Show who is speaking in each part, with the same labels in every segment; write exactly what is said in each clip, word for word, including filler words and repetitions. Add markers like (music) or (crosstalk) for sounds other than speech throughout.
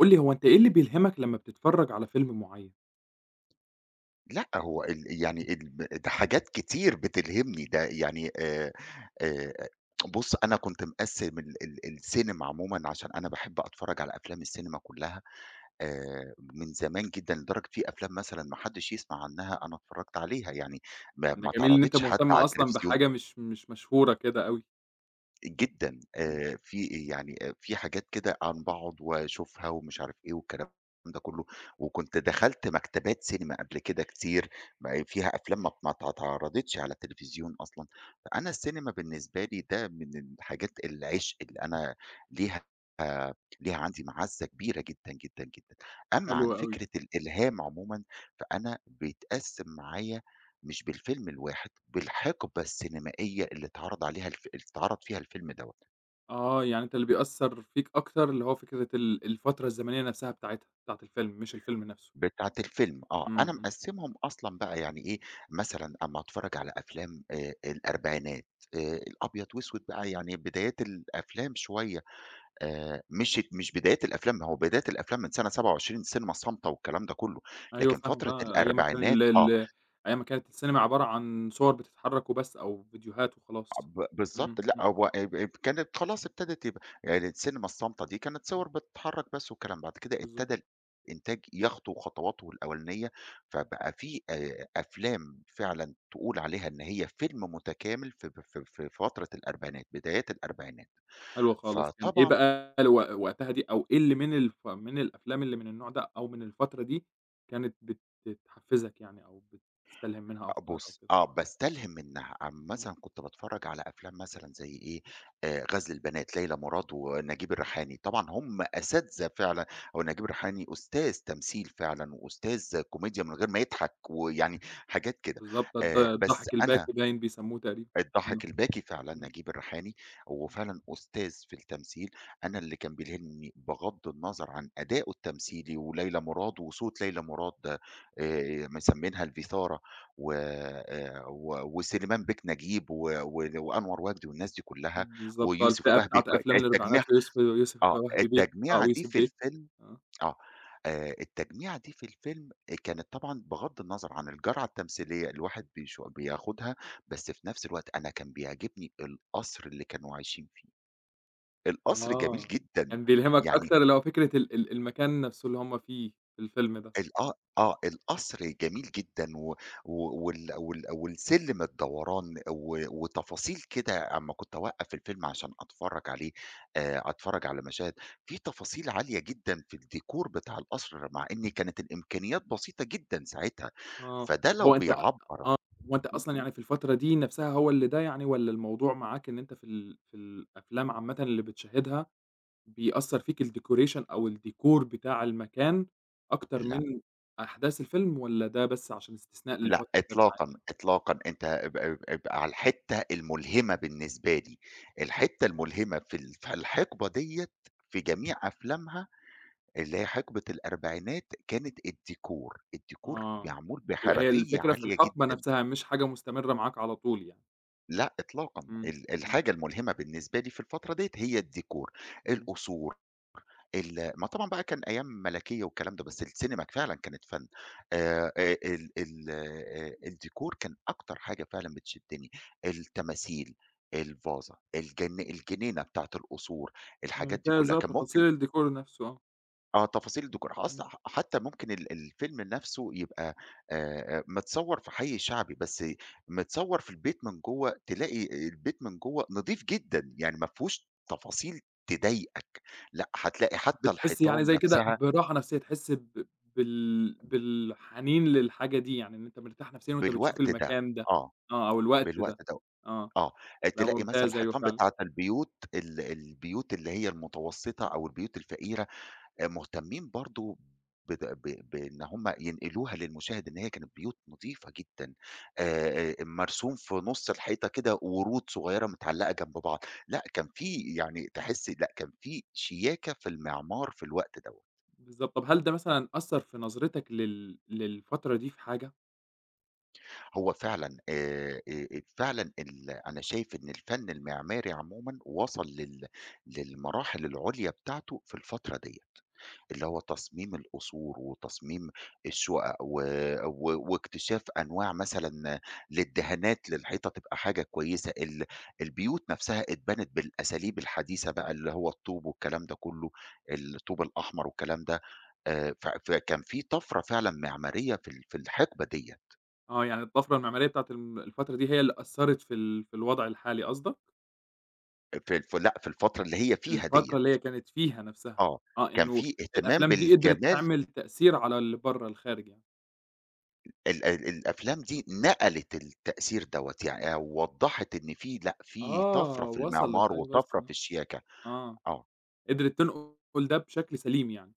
Speaker 1: قُل لي هو أنت إيه اللي بيلهمك لمّا بتتفرّج على فيلم معيّن؟
Speaker 2: لأ، هو ال يعني الب ده حاجات كتير بتلهمني، ده يعني آآ آآ بُص، أنا كنت مقسِّم ال ال السينما عمومًا عشان أنا باحب أتفرّج على أفلام السينما كُلّها آآ من زمان جدًا، لدرجة في أفلام مثلًا ما حدّش يسمع عنّها أنا اتفرّجت عليها، يعني ما
Speaker 1: أنا
Speaker 2: ما
Speaker 1: جميل إن أنت
Speaker 2: اتعرضتش حتى
Speaker 1: مهتم
Speaker 2: على
Speaker 1: أصلًا
Speaker 2: التلفزيون.
Speaker 1: بحاجة مش مش مشهورة كده أوي.
Speaker 2: جدًا،
Speaker 1: إمم،
Speaker 2: آآ في يعني آآ في حاجات كده عن باقعد واشوفها ومش عارف إيه والكلام ده كله، وكنت دخلت مكتبات سينما قبل كده كتير، ما فيها أفلام ما ما ات اتعرضتش على التلفزيون أصلًا، فأنا السينما بالنسبة لي ده من الحاجات العشق اللي أنا ليها آه، ليها عندي معزة كبيرة جدًا، جدًا، جدًا. أمّا
Speaker 1: حلو
Speaker 2: عن
Speaker 1: أوي.
Speaker 2: فكرة الإلهام عمومًا، فأنا بيتقسم معايا مش بالفيلم الواحد، بالحقبة السينمائية اللي اتعرض عليها الف اللي اتعرض فيها الفيلم دوّة،
Speaker 1: آه، يعني أنت اللي بيأثّر فيك أكتر اللي هو فكرة ال الفترة الزمنية نفْسها بتاعتها، بتاعة الفيلم مش الفيلم نفْسه.
Speaker 2: بتاعة الفيلم آه،
Speaker 1: إمم،
Speaker 2: أنا
Speaker 1: إمم،
Speaker 2: مقسّمهم أصلًا بقى يعني إيه، مثلًا أمّا أتفرّج على أفلام آآ الأربعينات، آآ الأبيض وأسود بقى يعني بدايات الأفلام شوية، آآ مش مش بدايات الأفلام، ما هو بداية الأفلام من سنة سبعة وعشرين السينما الصامتة والكلام ده كلّه،
Speaker 1: أيوه
Speaker 2: لكن
Speaker 1: فاهمك
Speaker 2: فترة
Speaker 1: آه، أيام ما كان
Speaker 2: الأربعينات
Speaker 1: ال
Speaker 2: آه،
Speaker 1: ال أيام ما كانت السينما عبارة عن صور بتتحرّك وبس أو فيديوهات وخلاص.
Speaker 2: ب بالضبط،
Speaker 1: إمم،
Speaker 2: لأ
Speaker 1: إمم،
Speaker 2: هو اب اب كانت خلاص ابتدت يبقى يعني السينما الصامتة دي كانت
Speaker 1: إمم،
Speaker 2: صور بتتحرك بس والكلام، بعد كده
Speaker 1: بالضبط.
Speaker 2: ابتدى الإنتاج يخطو خطواته الأولانية، فبقى في آآ أفلام فعلًا تقول عليها إن هي فيلم متكامل في ب في في فترة الأربعينات، بدايات الأربعينات،
Speaker 1: حلو خالص، كان إيه
Speaker 2: فطبعًا
Speaker 1: بقى ال وق وقتها دي أو إيه اللي من الف من الأفلام اللي من النوع ده أو من الفترة دي كانت بت بتحفّزك يعني أو بتستلهم منها
Speaker 2: أ
Speaker 1: أفكار أو
Speaker 2: بُص،
Speaker 1: كده؟
Speaker 2: آه، باستلهم منها. عم
Speaker 1: إمم،
Speaker 2: مثلًا كنت باتفرّج على أفلام مثلًا زي إيه، آآ غزل البنات، ليلى مراد ونجيب الريحاني. طبعًا هم أساتذة فعلًا. هو نجيب الريحاني أستاذ تمثيل فعلًا وأستاذ كوميديا من غير ما يضحك ويعني حاجات كده.
Speaker 1: بالضبط الض
Speaker 2: آآ بس
Speaker 1: الضحك
Speaker 2: أنا
Speaker 1: الباكي باين بيسموه تقريبًا.
Speaker 2: الضحك
Speaker 1: آه،
Speaker 2: الباكي فعلًا
Speaker 1: إمم،
Speaker 2: نجيب الريحاني، هو فعلًا أستاذ في التمثيل، أنا اللي كان بيلهمني بغض النظر عن أداؤه التمثيلي وليلى مراد وصوت ليلى مراد، آآ مسمينها الفيثارة، و آآ و وسليمان بيك نجيب و و وأنور وجدي والناس دي كلّها
Speaker 1: بالضبط آه،
Speaker 2: ويوسف
Speaker 1: الفئة
Speaker 2: وهبي
Speaker 1: بتاعة
Speaker 2: ك
Speaker 1: أفلام
Speaker 2: التجميع
Speaker 1: لربيعات ويوسف ويوسف
Speaker 2: آه،
Speaker 1: وهبي بِيك آه،
Speaker 2: التجميعة دي
Speaker 1: ويوسف
Speaker 2: في
Speaker 1: بيك
Speaker 2: الفيلم
Speaker 1: آه.
Speaker 2: آه. آآ التجميعة دي في الفيلم كانت طبعًا بغض النظر عن الجرعة التمثيلية الواحد بيش بياخدها، بس في نفس الوقت أنا كان بيعجبني القصر اللي كانوا عايشين فيه. القصر جميل
Speaker 1: آه،
Speaker 2: جدًا.
Speaker 1: كان بيلهمك
Speaker 2: يعني
Speaker 1: أكتر اللي هو فكرة ال ال المكان نفسه اللي هُم فيه في الفيلم ده.
Speaker 2: ال آه، آه، القصر جميل جدًا و و وال وال والسلِّم الدوران و وتفاصيل كده أمّا كنت أوقّف الفيلم عشان أتفرّج عليه، آآ، أتفرّج على مشاهد، في تفاصيل عالية جدًا في الdecor بتاع القصر مع إن كانت الإمكانيات بسيطة جدًا ساعتها،
Speaker 1: آه،
Speaker 2: فده لو
Speaker 1: هو أنت
Speaker 2: بيعبّر عن
Speaker 1: هو أنت أصلًا يعني في الفترة دي نفْسها هو اللي ده يعني والّا الموضوع معاك إن أنت في ال في الأفلام عامةً اللي بتشاهدها بيأثّر فيك الdecoration أو الديكور بتاع المكان أكتر
Speaker 2: لأ،
Speaker 1: من أحداث الفيلم والّا ده بس عشان استثناء للفترة
Speaker 2: لأ
Speaker 1: اللي
Speaker 2: إطلاقًا،
Speaker 1: معاك؟
Speaker 2: إطلاقًا، أنت ابقى ابقى ابقى على الحتّة الملهمة بالنسبة لي، الحتّة
Speaker 1: آه،
Speaker 2: الملهمة في ال في الحقبة ديّة في جميع أفلامها اللي هي حقبة الأربعينات كانت الديكور، الديكور
Speaker 1: آه.
Speaker 2: معمول
Speaker 1: يبقى هي
Speaker 2: بحرفية
Speaker 1: الفكرة في
Speaker 2: عالية
Speaker 1: الحقبة
Speaker 2: جدًا،
Speaker 1: نفْسها مش حاجة مستمرة معاك على طول يعني.
Speaker 2: لأ إطلاقًا،
Speaker 1: إمم،
Speaker 2: ال
Speaker 1: إمم،
Speaker 2: الحاجة الملهمة بالنسبة لي في الفترة ديّة هي الديكور،
Speaker 1: إمم.
Speaker 2: القصور، ال ما طبعًا بقى كان أيام ملكية والكلام ده، بس السينما فعلًا كانت فن، آآ آآ ال ال آآ الديكور كان أكتر حاجة فعلًا بتشدني، التماثيل، الفازة، الجن الجنينة بتاعة القصور، الحاجات دي
Speaker 1: ممتاز
Speaker 2: كلها،
Speaker 1: آه،
Speaker 2: كان
Speaker 1: تفاصيل
Speaker 2: ممكن
Speaker 1: الديكور نفْسه آه.
Speaker 2: آه، تفاصيل الديكور
Speaker 1: إمم.
Speaker 2: أصلًا ح حتى ممكن ال الفيلم نفسه يبقى، آآ، متصوّر في حي شعبي، بس متصوّر في البيت من جوّه، تلاقي البيت من جوّه نضيف جدًا، يعني ما فيهوش تفاصيل تضايقك، لأ، هتلاقي حتى
Speaker 1: بتحسّي يعني
Speaker 2: الحيطان
Speaker 1: زي كده
Speaker 2: نفسها
Speaker 1: براحة نفسيّة، تحسّي ب بال بالحنين للحاجة دي، يعني إن أنت مرتاح نفسيًا وأنت بتشوف
Speaker 2: بالوقت ده،
Speaker 1: المكان ده.
Speaker 2: آه،
Speaker 1: آه، أو الوقت
Speaker 2: بالوقت
Speaker 1: ده.
Speaker 2: ده
Speaker 1: آه،
Speaker 2: آه،
Speaker 1: لأ
Speaker 2: تلاقي مثلًا
Speaker 1: ممتاز أيوه
Speaker 2: الحيطان
Speaker 1: فعلًا.
Speaker 2: بتاعة البيوت ال البيوت اللي هي المتوسطة أو البيوت الفقيرة، آآ مهتمين برضه بد ب بإن هم ينقلوها للمشاهد إن هي كانت بيوت نضيفة جدًا، آآ آآ مرسوم في نُص الحيطة كده ورود صغيرة متعلقة جنب بعض، لأ كان في يعني تحسّي لأ كان في شياكة في المعمار في الوقت دوّة،
Speaker 1: بالضبط. طب هل ده مثلًا أثّر في نظرتك لل للفترة دي في حاجة؟
Speaker 2: هو فعلًا آآ آآ فعلًا ال أنا شايف إن الفن المعماري عمومًا وصل لل للمراحل العُليا بتاعته في الفترة ديّة. اللي هو تصميم القصور وتصميم الشقق و و واكتشاف أنواع مثلًا للدهانات للحيطة تبقى حاجة كويسة، ال البيوت نفسها اتبنت بالأساليب الحديثة بقى اللي هو الطوب والكلام ده كله، الطوب الأحمر والكلام ده، آآ، ف فكان في طفرة فعلًا معمارية في ال في الحقبة ديّة،
Speaker 1: آه، يعني الطفرة المعمارية بتاعة الم الفترة دي هي اللي أثّرت في ال في الوضع الحالي قصدك؟
Speaker 2: في الف لأ، في الفترة اللي هي فيها ديّة،
Speaker 1: الفترة اللي هي كانت فيها نفسها.
Speaker 2: آه،
Speaker 1: آه،
Speaker 2: كان
Speaker 1: إنه
Speaker 2: في اهتمام
Speaker 1: الأفلام دي قدرت
Speaker 2: بالجمال.
Speaker 1: تعمل تأثير على اللي برّه، الخارج يعني.
Speaker 2: ال ال الأفلام دي نقلت التأثير دوّة، يعني وضّحت إن في لأ، في طَفرة
Speaker 1: آه،
Speaker 2: في
Speaker 1: وصلت
Speaker 2: المعمار
Speaker 1: أيوه بس،
Speaker 2: وطَفرة في
Speaker 1: آه،
Speaker 2: الشياكة.
Speaker 1: آه.
Speaker 2: آه،
Speaker 1: قدرت تنقل ده بشكل سليم يعني.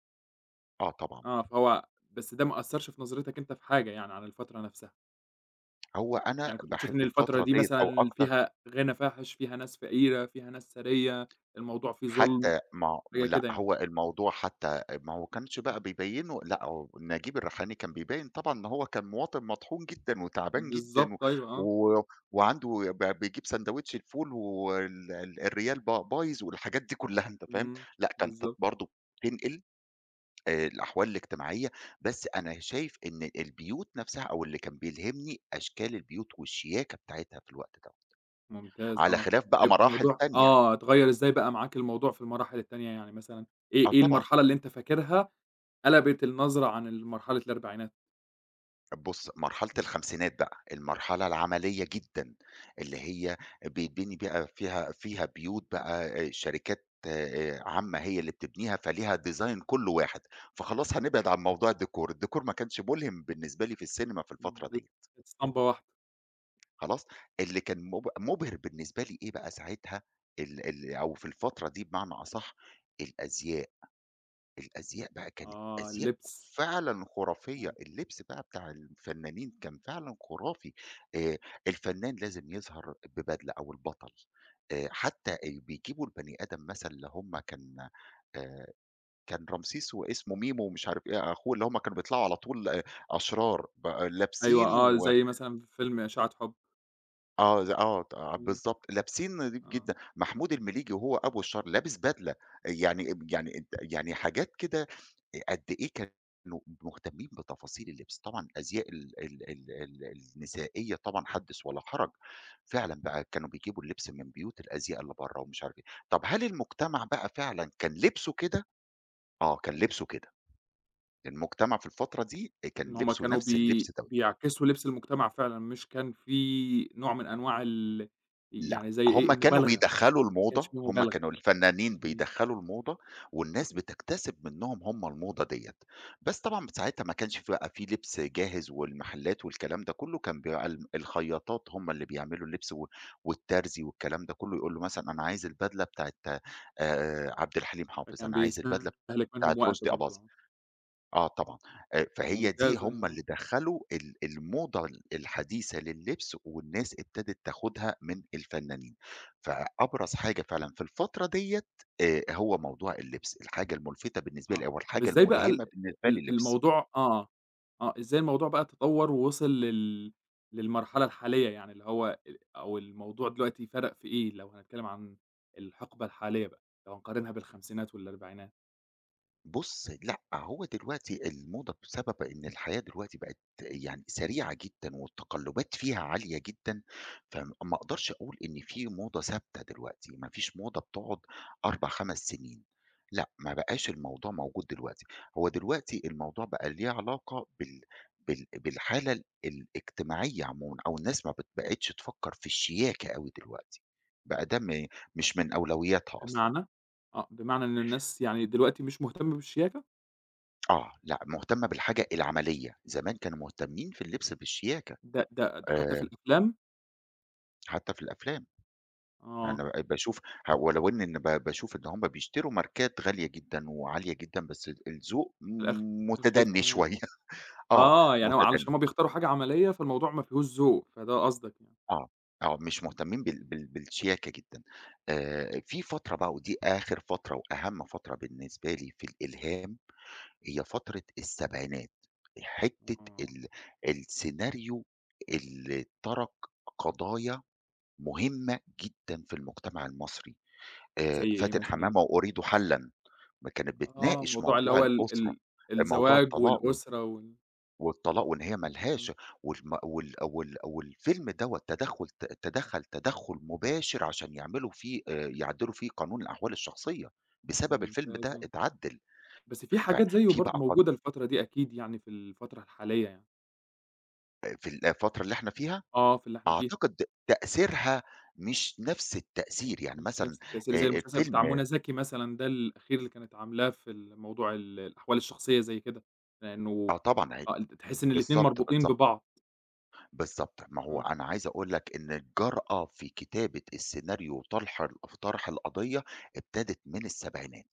Speaker 2: آه طبعًا.
Speaker 1: آه، فهو بس ده ما أثّرش في نظرتك أنت في حاجة يعني عن الفترة نفسها.
Speaker 2: هو أنا
Speaker 1: يعني كنت بتشوف إن
Speaker 2: باحب
Speaker 1: الفترة
Speaker 2: الفترة
Speaker 1: دي
Speaker 2: ديّة أو
Speaker 1: مثلًا
Speaker 2: أكتر
Speaker 1: فيها غنى فاحِش، فيها ناس فقيرة، فيها ناس ثرية، الموضوع فيه ظُلم،
Speaker 2: حتى ما
Speaker 1: حاجة
Speaker 2: لأ،
Speaker 1: كده يعني.
Speaker 2: هو الموضوع حتى ما هو كانش بقى بيبيّنه لأ، هو نجيب الريحاني كان بيبيّن طبعًا إن هو كان مواطن مطحون جدًا وتعبان جدًا
Speaker 1: بالضبط
Speaker 2: و
Speaker 1: أيوه، آه،
Speaker 2: و وعنده ب بيجيب ساندويتش الفول وال ال الريال با بايظ والحاجات دي كُلّها أنت فاهم؟
Speaker 1: إمم،
Speaker 2: لأ، كانت
Speaker 1: بالضبط،
Speaker 2: برضه بتنقل آآ الأحوال الاجتماعية، بس أنا شايف إن البيوت نَفْسها أو اللي كان بيلهمني أشكال البيوت والشياكة بتاعتها في الوقت دوّة،
Speaker 1: ممتاز
Speaker 2: على
Speaker 1: آه.
Speaker 2: خلاف بقى
Speaker 1: طيب
Speaker 2: مراحل
Speaker 1: الموضوع
Speaker 2: تانية يعني
Speaker 1: آه، اتغيّر إزاي بقى معاك الموضوع في المراحل التانية يعني مثلًا،
Speaker 2: آه
Speaker 1: إيه إيه
Speaker 2: طبعًا،
Speaker 1: المرحلة اللي أنت فاكرها قلبت النظرة عن ال مرحلة الأربعينات؟
Speaker 2: بُص مرحلة الخمسينات بقى، المرحلة العملية جدًا، اللي هي بيتبني بقى فيها فيها بيوت بقى آآ شركات آآ عامة هي اللي بتبنيها، فليها design كُلّه واحد، فخلاص هنبعد عن موضوع الديكور، الديكور ما كانش مُلهم بالنسبة لي في السينما في الفترة
Speaker 1: ب
Speaker 2: ديّة.
Speaker 1: اسطمبة واحدة.
Speaker 2: خلاص، اللي كان مب مُبهِر بالنسبة لي إيه بقى ساعتها، ال ال أو في الفترة دي بمعنى أصح، الأزياء، الأزياء بقى كانت
Speaker 1: آه،
Speaker 2: أزياء
Speaker 1: اللبس.
Speaker 2: فعلًا خُرافية، اللبس بقى بتاع الفنانين كان فعلًا خُرافي، آآ الفنان لازم يظهر ببدلة أو البطل، آآ حتى آآ بيجيبوا البني آدم مثلًا اللي هُم كان، آآ كان رمسيس واسمه ميمو ومش عارف إيه أخوه، اللي هُم كانوا بيطلعوا على طول آه، أشرار، بقى
Speaker 1: أيوه
Speaker 2: لابسين
Speaker 1: آه،
Speaker 2: و
Speaker 1: زي مثلًا فيلم إشاعة حُب.
Speaker 2: آه، ز آه، ت آه،
Speaker 1: إمم،
Speaker 2: بالضبط، لابسين نضيف
Speaker 1: آه،
Speaker 2: جدًا، محمود المليجي وهو أبو الشر لابس بدلة، يعني ب يعني أنت يعني حاجات كده أ قد إيه كانوا مهتمين بتفاصيل اللبس، طبعًا الأزياء ال ال ال ال النسائية طبعًا حدث ولا حرج، فعلًا بقى كانوا بيجيبوا اللبس من بيوت الأزياء اللي برّه ومش عارف إيه، طب هل المجتمع بقى فعلًا كان لبسه كده؟ آه، كان لبسه كده، المجتمع في الفترة دي كان
Speaker 1: إن هُم
Speaker 2: لبسه
Speaker 1: كانوا
Speaker 2: نفس
Speaker 1: بي
Speaker 2: اللبس دَوّة.
Speaker 1: بيعكسوا لبس المجتمع فعلًا، مش كان في نوع من أنواع ال
Speaker 2: لأ،
Speaker 1: يعني زي إيه،
Speaker 2: هُم كانوا
Speaker 1: المبالغة.
Speaker 2: بيدخّلوا
Speaker 1: ما كانش
Speaker 2: الموضة،
Speaker 1: في
Speaker 2: هُم
Speaker 1: مبالغة.
Speaker 2: كانوا الفنانين
Speaker 1: إمم،
Speaker 2: بيدخّلوا الموضة، والناس بتكتسب منّهم هُم الموضة ديّة، بس طبعًا ساعتها ما كانش في بقى في لبس جاهز والمحلات والكلام ده كلّه، كان بيبقى ال الخياطات هُم اللي بيعملوا اللبس و والترزي والكلام ده كلّه، يقول له مثلًا أنا عايز البدلة بتاعة آآ عبد الحليم حافظ،
Speaker 1: فكان
Speaker 2: أنا عايز البدلة
Speaker 1: بيستهلك
Speaker 2: بتاعة
Speaker 1: منهم وقت
Speaker 2: رُشدي
Speaker 1: برضه.
Speaker 2: أباظة.
Speaker 1: آه،
Speaker 2: آه طبعًا، آآ فهي دي
Speaker 1: ممتازة
Speaker 2: هم
Speaker 1: آه.
Speaker 2: اللي دخّلوا ال الموضة ال الحديثة لللبس والناس ابتدت تاخدها من الفنانين، فأبرز حاجة فعلًا في الفترة ديّة آآ هو موضوع اللبس، الحاجة المُلفتة بالنسبة
Speaker 1: آه،
Speaker 2: لي أو
Speaker 1: طب
Speaker 2: الحاجة
Speaker 1: إزاي بقى ال
Speaker 2: الملهمة بالنسبة لي
Speaker 1: ال
Speaker 2: اللبس.
Speaker 1: الموضوع آه. آه، إزاي الموضوع بقى تطوّر ووصل لل للمرحلة الحالية يعني اللي هو ال أو الموضوع دلوقتي فرق في إيه لو هنتكلم عن الحقبة الحالية بقى، لو هنقارنها بالخمسينات والأربعينات.
Speaker 2: بُص، لأ، هو دلوقتي الموضة بسبب إن الحياة دلوقتي بقت يعني سريعة جدًا والتقلُّبات فيها عالية جدًا، فما أقدرش أقول إن في موضة ثابتة دلوقتي، ما فيش موضة بتقعد أربع، 5 سنين، لأ، ما بقاش الموضوع موجود دلوقتي. هو دلوقتي الموضوع بقى ليه علاقة بال بال بالحالة ال الاجتماعية عمومًا أو الناس ما بت بقتش تفكّر في الشياكة أوي دلوقتي، بقى ده م مش من أولوياتها أصلًا.
Speaker 1: بمعنى آه، بمعنى إن الناس يعني دلوقتي مش مهتمة بالشياكة؟
Speaker 2: آه، لأ، مهتمة بالحاجة العملية، زمان كانوا مهتمين في اللبس بالشياكة،
Speaker 1: ده ده ده حتى في
Speaker 2: آآ،
Speaker 1: الأفلام
Speaker 2: حتى في الأفلام،
Speaker 1: آه،
Speaker 2: أنا بقيت باشوف ه ولو إن إن ب باشوف إن هُم بيشتروا ماركات غالية جدًا وعالية جدًا، بس ال الذوق
Speaker 1: في الآخر شايفها
Speaker 2: متدني
Speaker 1: إن هي
Speaker 2: شوية. (laughs) آه،
Speaker 1: آه، يعني هو
Speaker 2: متدني،
Speaker 1: علشان هم بيختاروا حاجة عملية فالموضوع ما فيهوش ذوق، فده قصدك يعني.
Speaker 2: آه، آه، مش مهتمين بال بال بالشياكة جدًا. آآ، في فترة بقى ودي آخر فترة وأهم فترة بالنسبة لي في الإلهام هي فترة السبعينات، حتّة
Speaker 1: آه،
Speaker 2: ال السيناريو اللي ترك قضايا مهمة جدًا في المجتمع المصري، آآ
Speaker 1: زي إيه
Speaker 2: فاتن
Speaker 1: مثلًا؟
Speaker 2: حمامة وأريد حلًا، ما كانت
Speaker 1: آه،
Speaker 2: بتناقش
Speaker 1: موضوع اللي
Speaker 2: موضوع
Speaker 1: هو ال
Speaker 2: الأسرة،
Speaker 1: ال
Speaker 2: موضوع
Speaker 1: الزواج
Speaker 2: الطلاق و
Speaker 1: والأسرة وال
Speaker 2: والطلاق وإن هي ما
Speaker 1: إمم،
Speaker 2: لهاش والم وال وال والفيلم دوّة تدخُّل ت تدخّل تدخُّل مباشر عشان يعملوا فيه آآ يعدّلوا فيه قانون الأحوال الشخصية، بسبب الفيلم ده
Speaker 1: ممتازة.
Speaker 2: اتعدّل،
Speaker 1: بس في حاجات زيّه
Speaker 2: ففي
Speaker 1: برضه
Speaker 2: بقى قد
Speaker 1: موجودة الفترة دي أكيد يعني في الفترة الحالية يعني.
Speaker 2: في الفترة اللي إحنا فيها
Speaker 1: آه، في اللي إحنا فيها.
Speaker 2: أعتقد تأثيرها مش نفس التأثير، يعني
Speaker 1: مش
Speaker 2: مثلًا
Speaker 1: نفس التأثير
Speaker 2: آآ
Speaker 1: زي المسلسل بتاع منى
Speaker 2: الفيلم
Speaker 1: زكي مثلًا ده الأخير اللي كانت عاملاه في الموضوع ال الأحوال الشخصية زي كده. لإنه
Speaker 2: آه طبعًا هي
Speaker 1: آه، أنت تحس إن الاتنين
Speaker 2: بالضبط،
Speaker 1: مربوطين
Speaker 2: بالضبط،
Speaker 1: ببعض.
Speaker 2: بالضبط. ما هو
Speaker 1: إمم،
Speaker 2: أنا عايز أقول لك إن الجرأة في كتابة السيناريو وطرح ال في طرح القضية ابتدت من السبعينات،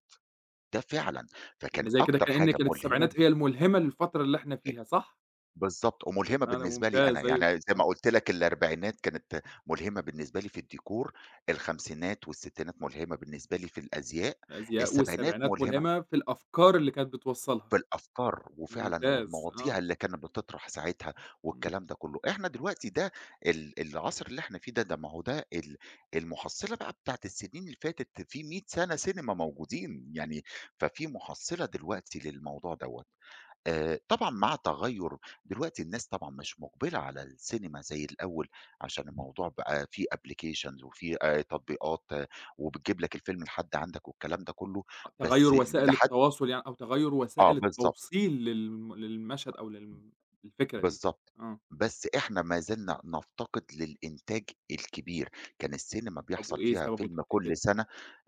Speaker 2: ده فعلًا،
Speaker 1: يعني
Speaker 2: فكان
Speaker 1: زي كده
Speaker 2: أكتر
Speaker 1: كأن
Speaker 2: حاجة
Speaker 1: كانت
Speaker 2: ملهمة
Speaker 1: السبعينات هي الملهمة للفترة اللي إحنا
Speaker 2: آآ
Speaker 1: فيها صح؟
Speaker 2: بالضبط، وملهمة
Speaker 1: أنا
Speaker 2: بالنسبة لي أنا،
Speaker 1: ممتاز أيوه،
Speaker 2: يعني زي ما
Speaker 1: آه،
Speaker 2: قُلت لك الأربعينات كانت ملهمة بالنسبة لي في الديكور، الخمسينات والستينات ملهمة بالنسبة لي في الأزياء،
Speaker 1: الأزياء
Speaker 2: السبعينات
Speaker 1: والسبعينات
Speaker 2: ملهمة
Speaker 1: ملهمة في الأفكار اللي كانت بتوصّلها.
Speaker 2: بالأفكار وفعلًا
Speaker 1: ممتاز
Speaker 2: والمواضيع
Speaker 1: آه،
Speaker 2: اللي كانت بتطرح ساعتها
Speaker 1: إمم،
Speaker 2: والكلام ده كله، إحنا دلوقتي ده ال العصر اللي إحنا فيه ده، ده ما هو ده ال المُحصّلة بقى بتاعة السنين اللي فاتت في مئة سَنة سينما موجودين، يعني ففي مُحصّلة دلوقتي للموضوع دوّة. آآ طبعًا مع تغيُّر دلوقتي الناس طبعًا مش مُقبلة على السينما زي الأول عشان الموضوع بقى فيه applications وفيه آآ تطبيقات آه، وبتجيب لك الفيلم لحد عندك والكلام ده كله،
Speaker 1: أ تغيُّر
Speaker 2: بس
Speaker 1: وسائل
Speaker 2: لحد
Speaker 1: التواصل يعني أو تغيُّر
Speaker 2: آه
Speaker 1: وسائل
Speaker 2: بالضبط.
Speaker 1: التوصيل للم للمشهد أو للم للفكرة دي.
Speaker 2: بالضبط.
Speaker 1: آه،
Speaker 2: بس إحنا ما زلنا نفتقد للإنتاج الكبير، كان السينما
Speaker 1: طَب
Speaker 2: بيحصل
Speaker 1: وإيه
Speaker 2: فيها
Speaker 1: سببه
Speaker 2: فيلم
Speaker 1: تفتكر؟
Speaker 2: كل سنة.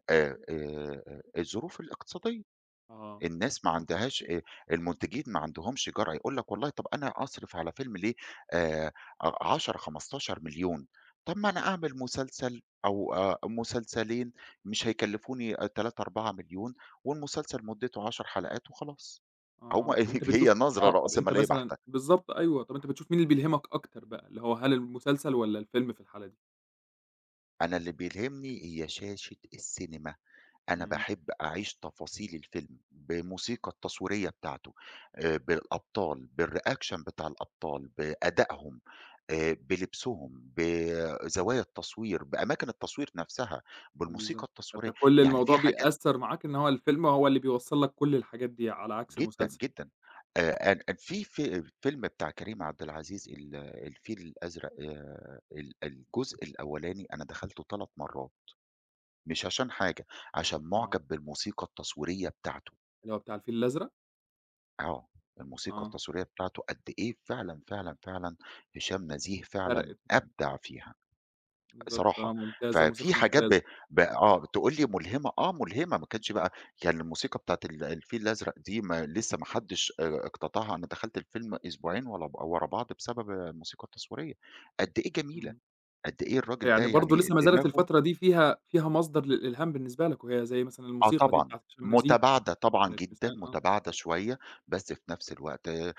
Speaker 2: آآ آآ الظروف الاقتصادية،
Speaker 1: آه،
Speaker 2: الناس ما
Speaker 1: منطقي.
Speaker 2: عندهاش آآ المنتجين ما عندهمش جرأة، يقول لك والله طب أنا أصرف على فيلم ليه آآ ع عشرة، خمستاشر مليون طب ما أنا أعمل مسلسل أو آآ مسلسلين مش هيكلفوني آآ تلاتة، أربعة مليون والمسلسل مدته 10 حلقات وخلاص.
Speaker 1: آه،
Speaker 2: هو
Speaker 1: طَب أنت
Speaker 2: (laughs) هي
Speaker 1: بتشوف
Speaker 2: نظرة
Speaker 1: آه، طَب أنت
Speaker 2: رأسمالية
Speaker 1: مثلًا
Speaker 2: بحتة.
Speaker 1: بالضبط أيوه، طَب أنت بتشوف مين اللي بيلهمك أكتر بقى، اللي هو هل المسلسل والّا الفيلم في الحالة دي؟
Speaker 2: أنا اللي بيلهمني هي شاشة السينما، أنا
Speaker 1: إمم،
Speaker 2: باحب أعيش تفاصيل الفيلم، بموسيقى التصويرية بتاعته، آآ بالأبطال، بالreaction بتاع الأبطال، بأدائهم، آآ بلبسهم، بزوايا التصوير، بأماكن التصوير نفسها،
Speaker 1: بالضبط،
Speaker 2: بالموسيقى
Speaker 1: فأنت
Speaker 2: التصويرية،
Speaker 1: كل
Speaker 2: يعني في
Speaker 1: الموضوع
Speaker 2: حاجات
Speaker 1: بيأثّر معاك إن هو الفيلم هو اللي بيوصّل لك كل الحاجات دي على عكس
Speaker 2: جدًا،
Speaker 1: المسلسل.
Speaker 2: جدًا. آآ أن أن في في فيلم بتاع كريم عبد العزيز ال الفيل الأزرق آآ ال الجزء الأولاني أنا دخلته 3 مرات. مش عشان حاجة، عشان
Speaker 1: آه،
Speaker 2: مُعجب بالموسيقى التصويرية بتاعته،
Speaker 1: اللي هو بتاع الفيل الأزرق؟
Speaker 2: آه، الموسيقى
Speaker 1: آه،
Speaker 2: التصويرية بتاعته قد إيه فعلًا، فعلًا، فعلًا هشام نزيه فعلًا
Speaker 1: فرقِت معاك،
Speaker 2: أبدع
Speaker 1: آه.
Speaker 2: فيها
Speaker 1: بالضبط
Speaker 2: صراحة،
Speaker 1: آه، ممتازة،
Speaker 2: ففي
Speaker 1: موسيقى
Speaker 2: حاجات ب
Speaker 1: ممتازة.
Speaker 2: ب آه، تقول لي ملهمة، آه ملهمة، ما كانتش بقى يعني الموسيقى بتاعة ال الفيل الأزرق دي ما لسه ما حدش آآ اقتطعها، أنا دخلت الفيلم أسبوعين ول ورا بعض بسبب الموسيقى التصويرية، قد إيه جميلة،
Speaker 1: إمم،
Speaker 2: قد إيه الراجل ده
Speaker 1: فيعني برضه
Speaker 2: يعني
Speaker 1: لسه ما زالت
Speaker 2: دماغه
Speaker 1: الفترة دي فيها فيها مصدر للإلهام بالنسبة لك، وهي زي مثلًا
Speaker 2: آه
Speaker 1: الموسيقى دي
Speaker 2: طبعًا،
Speaker 1: بتاعة هشام نزيه
Speaker 2: متباعدة طبعًا
Speaker 1: كانت
Speaker 2: جدًا،
Speaker 1: مثال آه.
Speaker 2: متباعدة شوية، بس في نفس الوقت آآ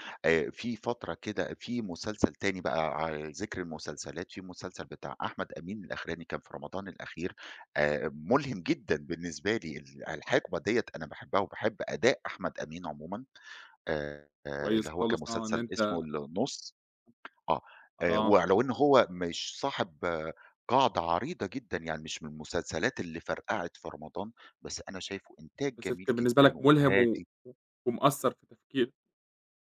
Speaker 2: في فترة كده في مسلسل تاني بقى على ذكر المسلسلات، في مسلسل بتاع أحمد أمين الأخراني كان في رمضان الأخير آآ ملهم جدًا بالنسبة لي، ال الحقبة ديّة أنا باحبها وباحب أداء أحمد أمين عمومًا، آآ اللي
Speaker 1: كويس
Speaker 2: هو كان
Speaker 1: خالص آه، إن
Speaker 2: مسلسل اسمه
Speaker 1: أنت
Speaker 2: النُص. آه، آآ
Speaker 1: آه،
Speaker 2: ولو إن هو مش صاحب آه، قاعدة عريضة جدًا، يعني مش من المسلسلات اللي فرقعت في رمضان، بس أنا شايفه إنتاج
Speaker 1: بس أنت
Speaker 2: جميل
Speaker 1: كان بالنسبة
Speaker 2: جدًا
Speaker 1: لك ملهم و
Speaker 2: وهادي
Speaker 1: و ومأثّر في تفكيرك.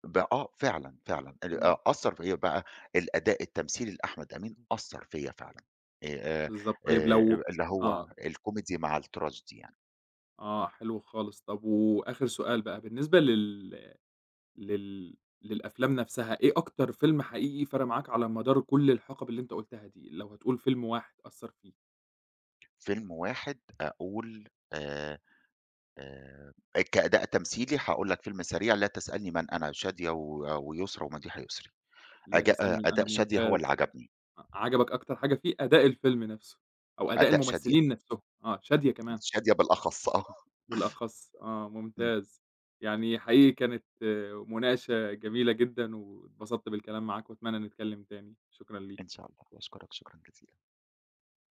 Speaker 2: ب آه فعلًا، فعلًا ال أ
Speaker 1: إمم،
Speaker 2: أثّر فيّا بقى الأداء التمثيلي لأحمد أمين
Speaker 1: إمم.
Speaker 2: أثّر فيّا فعلًا، آآ
Speaker 1: بالضبط، طيب
Speaker 2: آآ
Speaker 1: لو
Speaker 2: اللي هو
Speaker 1: آه،
Speaker 2: الكوميدي مع التراجيدي يعني،
Speaker 1: آه، حلو خالص، طب وآخر سؤال بقى بالنسبة لل لل للأفلام نفسها، إيه أكتر فيلم حقيقي فرق معاك على مدار كل الحقب اللي أنت قُلتها دي، لو هتقول فيلم واحد أثّر فيك؟
Speaker 2: فيلم واحد أقول آآ آآ كأداء تمثيلي هاقول لك فيلم سريع، لا تسألني من أنا، شادية و ويسرا ومديحة يسري.
Speaker 1: لا
Speaker 2: أجا
Speaker 1: تسألني
Speaker 2: آآ
Speaker 1: من أنا
Speaker 2: أداء شادية هو اللي
Speaker 1: ممتاز.
Speaker 2: عجبني،
Speaker 1: أ عجبك أكتر حاجة فيه أداء الفيلم نفسه، أو أداء
Speaker 2: أداء شادية،
Speaker 1: الممثلين نفسهم، آه، شادية كمان
Speaker 2: شادية بالأخص آه،
Speaker 1: بالأخص، آه
Speaker 2: إمم،
Speaker 1: ممتاز. يعني حقيقي كانت آه، مناقشة جميلة جدًا، واتبسطت بالكلام معاك، وأتمنى نتكلم تاني، شكرًا
Speaker 2: إن
Speaker 1: ليك.
Speaker 2: شاء الله، وأشكرك شكرًا جزيلًا.